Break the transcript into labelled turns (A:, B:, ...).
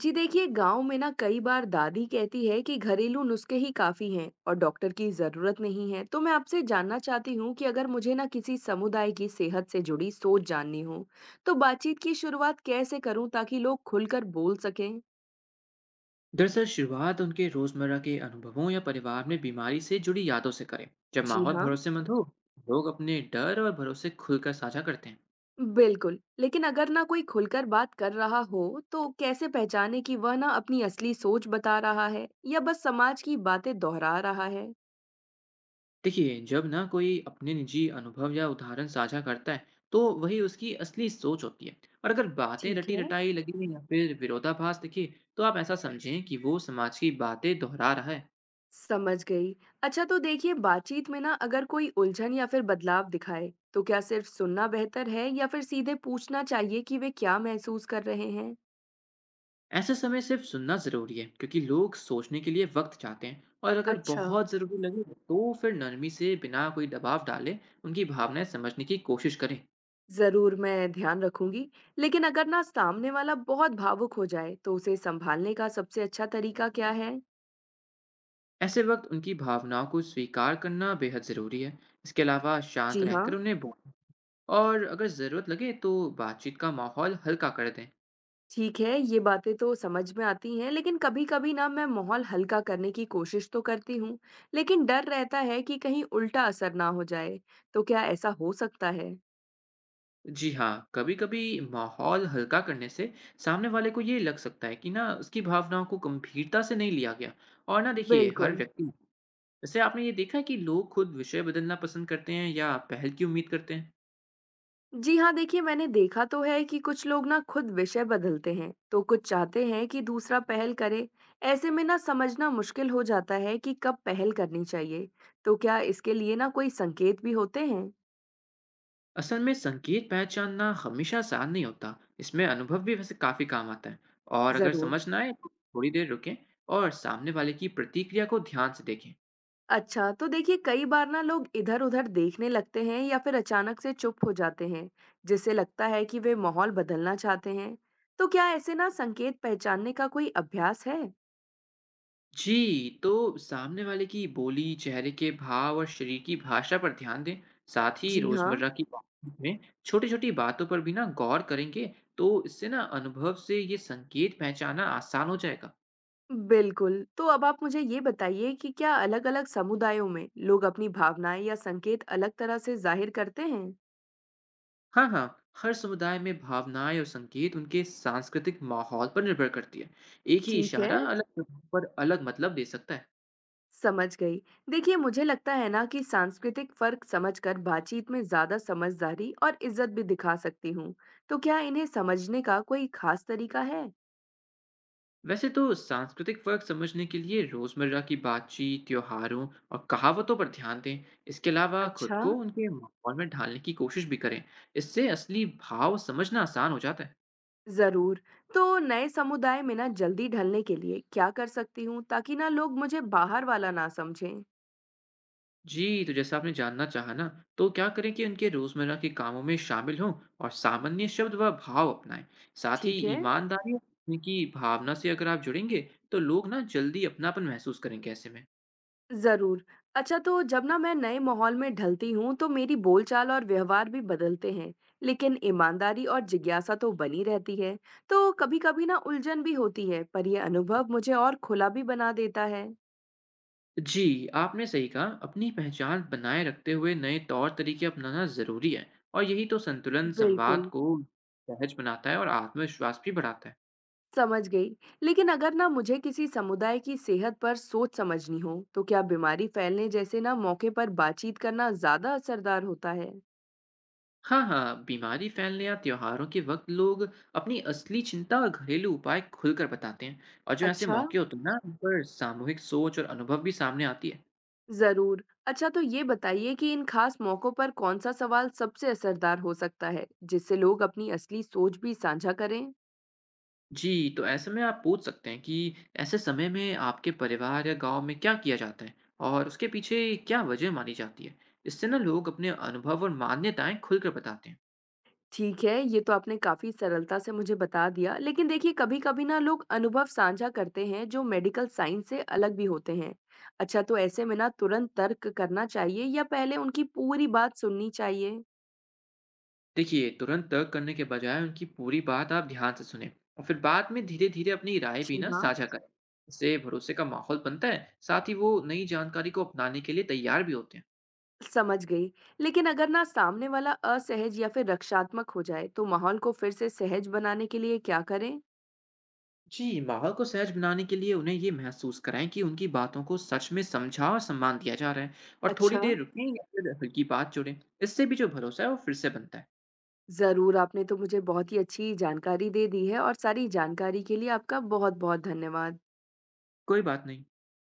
A: जी देखिए गांव में ना कई बार दादी कहती है कि घरेलू नुस्खे ही काफी हैं और डॉक्टर की जरूरत नहीं है। तो मैं आपसे जानना चाहती हूँ कि अगर मुझे ना किसी समुदाय की सेहत से जुड़ी सोच जाननी हो तो बातचीत की शुरुआत कैसे करूँ ताकि लोग खुलकर बोल सकें।
B: दरअसल शुरुआत उनके रोजमर्रा के अनुभवों या परिवार में बीमारी से जुड़ी यादों से करें। जब
A: जी
B: माहौल
A: हाँ।
B: भरोसेमंद हो, लोग अपने डर और भरोसे खुलकर साझा करते हैं।
A: बिल्कुल, लेकिन अगर ना कोई खुलकर बात कर रहा हो तो कैसे पहचाने कि वह ना अपनी असली सोच बता रहा है या बस समाज की बातें दोहरा रहा है।
B: देखिए, जब ना कोई अपने निजी अनुभव या उदाहरण साझा करता है, तो वही उसकी असली सोच होती है। और अगर बातें
A: ठीक
B: रटी
A: है।
B: रटाई लगी या फिर विरोधाभास दिखे, तो आप ऐसा समझें कि वो समाज की बातें दोहरा रहा है।
A: समझ गई। अच्छा, तो देखिए बातचीत में ना अगर कोई उलझन या फिर बदलाव दिखाए, तो क्या सिर्फ सुनना बेहतर है या फिर सीधे पूछना चाहिए कि वे क्या महसूस कर रहे हैं?
B: ऐसे समय सिर्फ सुनना ज़रूरी है, क्योंकि लोग सोचने के लिए वक्त चाहते हैं। और अगर
A: अच्छा।
B: बहुत ज़रूरी लगे, तो फिर नरमी से बिना कोई दबाव डाले उनकी भावनाएं समझने की कोशिश करें।
A: ज़रूर, मैं ध्यान रखूंगी। लेकिन अगर ना सामने वाला बहुत भावुक हो जाए, तो उसे संभालने का सबसे अच्छा तरीका क्या है?
B: ऐसे वक्त उनकी भावनाओं को स्वीकार करना बेहद ज़रूरी है। इसके अलावा शांत
A: जी हाँ।
B: रहकर उन्हें बोलें, और अगर ज़रूरत लगे तो बातचीत का माहौल हल्का कर दें।
A: ठीक है, ये बातें तो समझ में आती हैं, लेकिन कभी-कभी ना मैं माहौल हल्का करने की कोशिश तो करती हूँ, लेकिन डर रहता है कि कहीं उल्टा असर ना हो जाए। तो क्या ऐसा हो सकता है?
B: जी हाँ, कभी कभी माहौल हल्का करने से सामने वाले को ये लग सकता है कि ना उसकी भावनाओं को गंभीरता से नहीं लिया गया। और ना, देखिए, हर
A: बिल्कुल।
B: व्यक्ति। वैसे, आपने ये देखा है कि लोग खुद विषय बदलना पसंद करते हैं या पहल की उम्मीद करते हैं?
A: जी हाँ, देखिए मैंने देखा तो है कि कुछ लोग ना खुद विषय बदलते हैं, तो कुछ चाहते हैं कि दूसरा पहल करे। ऐसे में ना समझना मुश्किल हो जाता है कि कब पहल करनी चाहिए। तो क्या इसके लिए ना कोई संकेत भी होते हैं?
B: असल में संकेत पहचानना हमेशा आसान नहीं होता। इसमें अनुभव भी वैसे काफी काम आता है। और अगर
A: ज़रूर।
B: समझ ना आए तो थोड़ी देर रुकें, और सामने वाले की प्रतिक्रिया को ध्यान से देखें।
A: अच्छा, तो देखिए कई बार ना लोग इधर-उधर देखने लगते हैं या फिर अचानक से चुप हो जाते हैं, जिससे लगता है कि वे माहौल बदलना चाहते हैं। तो क्या ऐसे ना संकेत पहचानने का कोई अभ्यास है?
B: जी, तो सामने वाले की बोली, चेहरे के भाव और शरीर की भाषा पर ध्यान दें। साथ ही
A: जी हाँ।
B: रोजमर्रा की बातचीत में छोटी छोटी बातों पर भी ना गौर करेंगे, तो इससे ना अनुभव से ये संकेत पहचाना आसान हो जाएगा।
A: बिल्कुल। तो अब आप मुझे ये बताइए कि क्या अलग-अलग समुदायों में लोग अपनी भावनाएँ या संकेत अलग तरह से ज़ाहिर करते हैं?
B: हाँ हाँ, हर समुदाय में भावनाएं और संकेत उनके सांस्कृतिक माहौल पर निर्भर करती है। एक ही
A: ठीक है।
B: इशारा अलग जगहों पर अलग मतलब दे सकता है।
A: समझ गई। देखिए, मुझे लगता है ना कि सांस्कृतिक फ़र्क समझकर बातचीत में ज़्यादा समझदारी और इज़्ज़त भी दिखा सकती हूँ। तो क्या इन्हें समझने का कोई ख़ास तरीका है?
B: वैसे तो सांस्कृतिक फर्क समझने के लिए रोजमर्रा की बातचीत, त्योहारों और कहावतों पर ध्यान दें। इसके अलावा खुद
A: अच्छा।
B: को उनके माहौल में ढालने की कोशिश भी करें। इससे असली भाव समझना आसान हो जाता है।
A: ज़रूर। तो नए समुदाय में ना जल्दी ढलने के लिए क्या कर सकती हूँ ताकि ना लोग मुझे बाहर वाला ना समझें?
B: जी, तो जैसा आपने जानना चाहा ना, तो क्या करें कि उनके रोज़मर्रा के कामों में शामिल हों और सामान्य शब्द व भाव अपनाएं। साथ ही
A: ठीक है।
B: ईमानदारी और अपने की भावना से अगर आप जुड़ेंगे, तो लोग ना जल्दी अपनापन महसूस करेंगे ऐसे में।
A: ज़रूर। अच्छा, तो जब ना मैं नए माहौल में ढलती हूँ तो मेरी बोलचाल और व्यवहार भी बदलते हैं, लेकिन ईमानदारी और जिज्ञासा तो बनी रहती है। तो कभी-कभी ना उलझन भी होती है, पर ये अनुभव मुझे और खुला भी बना देता है।
B: जी, आपने सही कहा, अपनी पहचान बनाए रखते हुए नए तौर तरीके अपनाना ज़रूरी है। और यही तो संतुलन संवाद
A: बिल्कुल।
B: को सहज बनाता है और आत्मविश्वास भी बढ़ाता है।
A: समझ गई। लेकिन अगर ना मुझे किसी समुदाय की सेहत पर सोच समझनी हो, तो क्या बीमारी फैलने जैसे ना मौके पर बातचीत करना ज़्यादा असरदार होता है?
B: हाँ हाँ, बीमारी फैलने या त्योहारों के वक्त लोग अपनी असली चिंता और घरेलू उपाय खुलकर बताते हैं। और जो ऐसे
A: अच्छा।
B: मौके होते हैं ना, उन पर सामूहिक सोच और अनुभव भी सामने आती है।
A: जरूर। अच्छा, तो ये बताइए कि इन खास मौकों पर कौन सा सवाल सबसे असरदार हो सकता है जिससे लोग अपनी असली सोच भी साझा करें।
B: जी, तो ऐसे में आप पूछ सकते हैं कि ऐसे समय में आपके परिवार या गांव में क्या किया जाता है और उसके पीछे क्या वजह मानी जाती है। इससे ना लोग अपने अनुभव और मान्यताएं खुलकर बताते हैं।
A: ठीक है, ये तो आपने काफी सरलता से मुझे बता दिया, लेकिन देखिए कभी कभी ना लोग अनुभव साझा करते हैं जो मेडिकल साइंस से अलग भी होते हैं। अच्छा, तो ऐसे में ना तुरंत तर्क करना चाहिए या पहले उनकी पूरी बात सुननी चाहिए?
B: देखिए, तुरंत तर्क करने के बजाय उनकी पूरी बात आप ध्यान से सुने, और फिर बाद में धीरे धीरे अपनी राय भी
A: जी
B: ना
A: हाँ।
B: साझा करें। इससे भरोसे का माहौल बनता है, साथ ही वो नई जानकारी को अपनाने के लिए तैयार भी होते हैं।
A: समझ गई। लेकिन अगर ना सामने वाला असहज या फिर रक्षात्मक हो जाए तो माहौल को फिर से सहज बनाने के लिए क्या करें?
B: जी, माहौल को सहज बनाने के लिए उन्हें ये महसूस कराएं कि उनकी बातों को सच में समझा और सम्मान दिया जा रहा है। और थोड़ी
A: अच्छा।
B: देर रुकें, हल्की बात जोड़ें। इससे भी जो भरोसा है वो फिर से बनता है।
A: ज़रूर, आपने तो मुझे बहुत ही अच्छी जानकारी दे दी है और सारी जानकारी के लिए आपका बहुत-बहुत धन्यवाद।
B: कोई बात नहीं।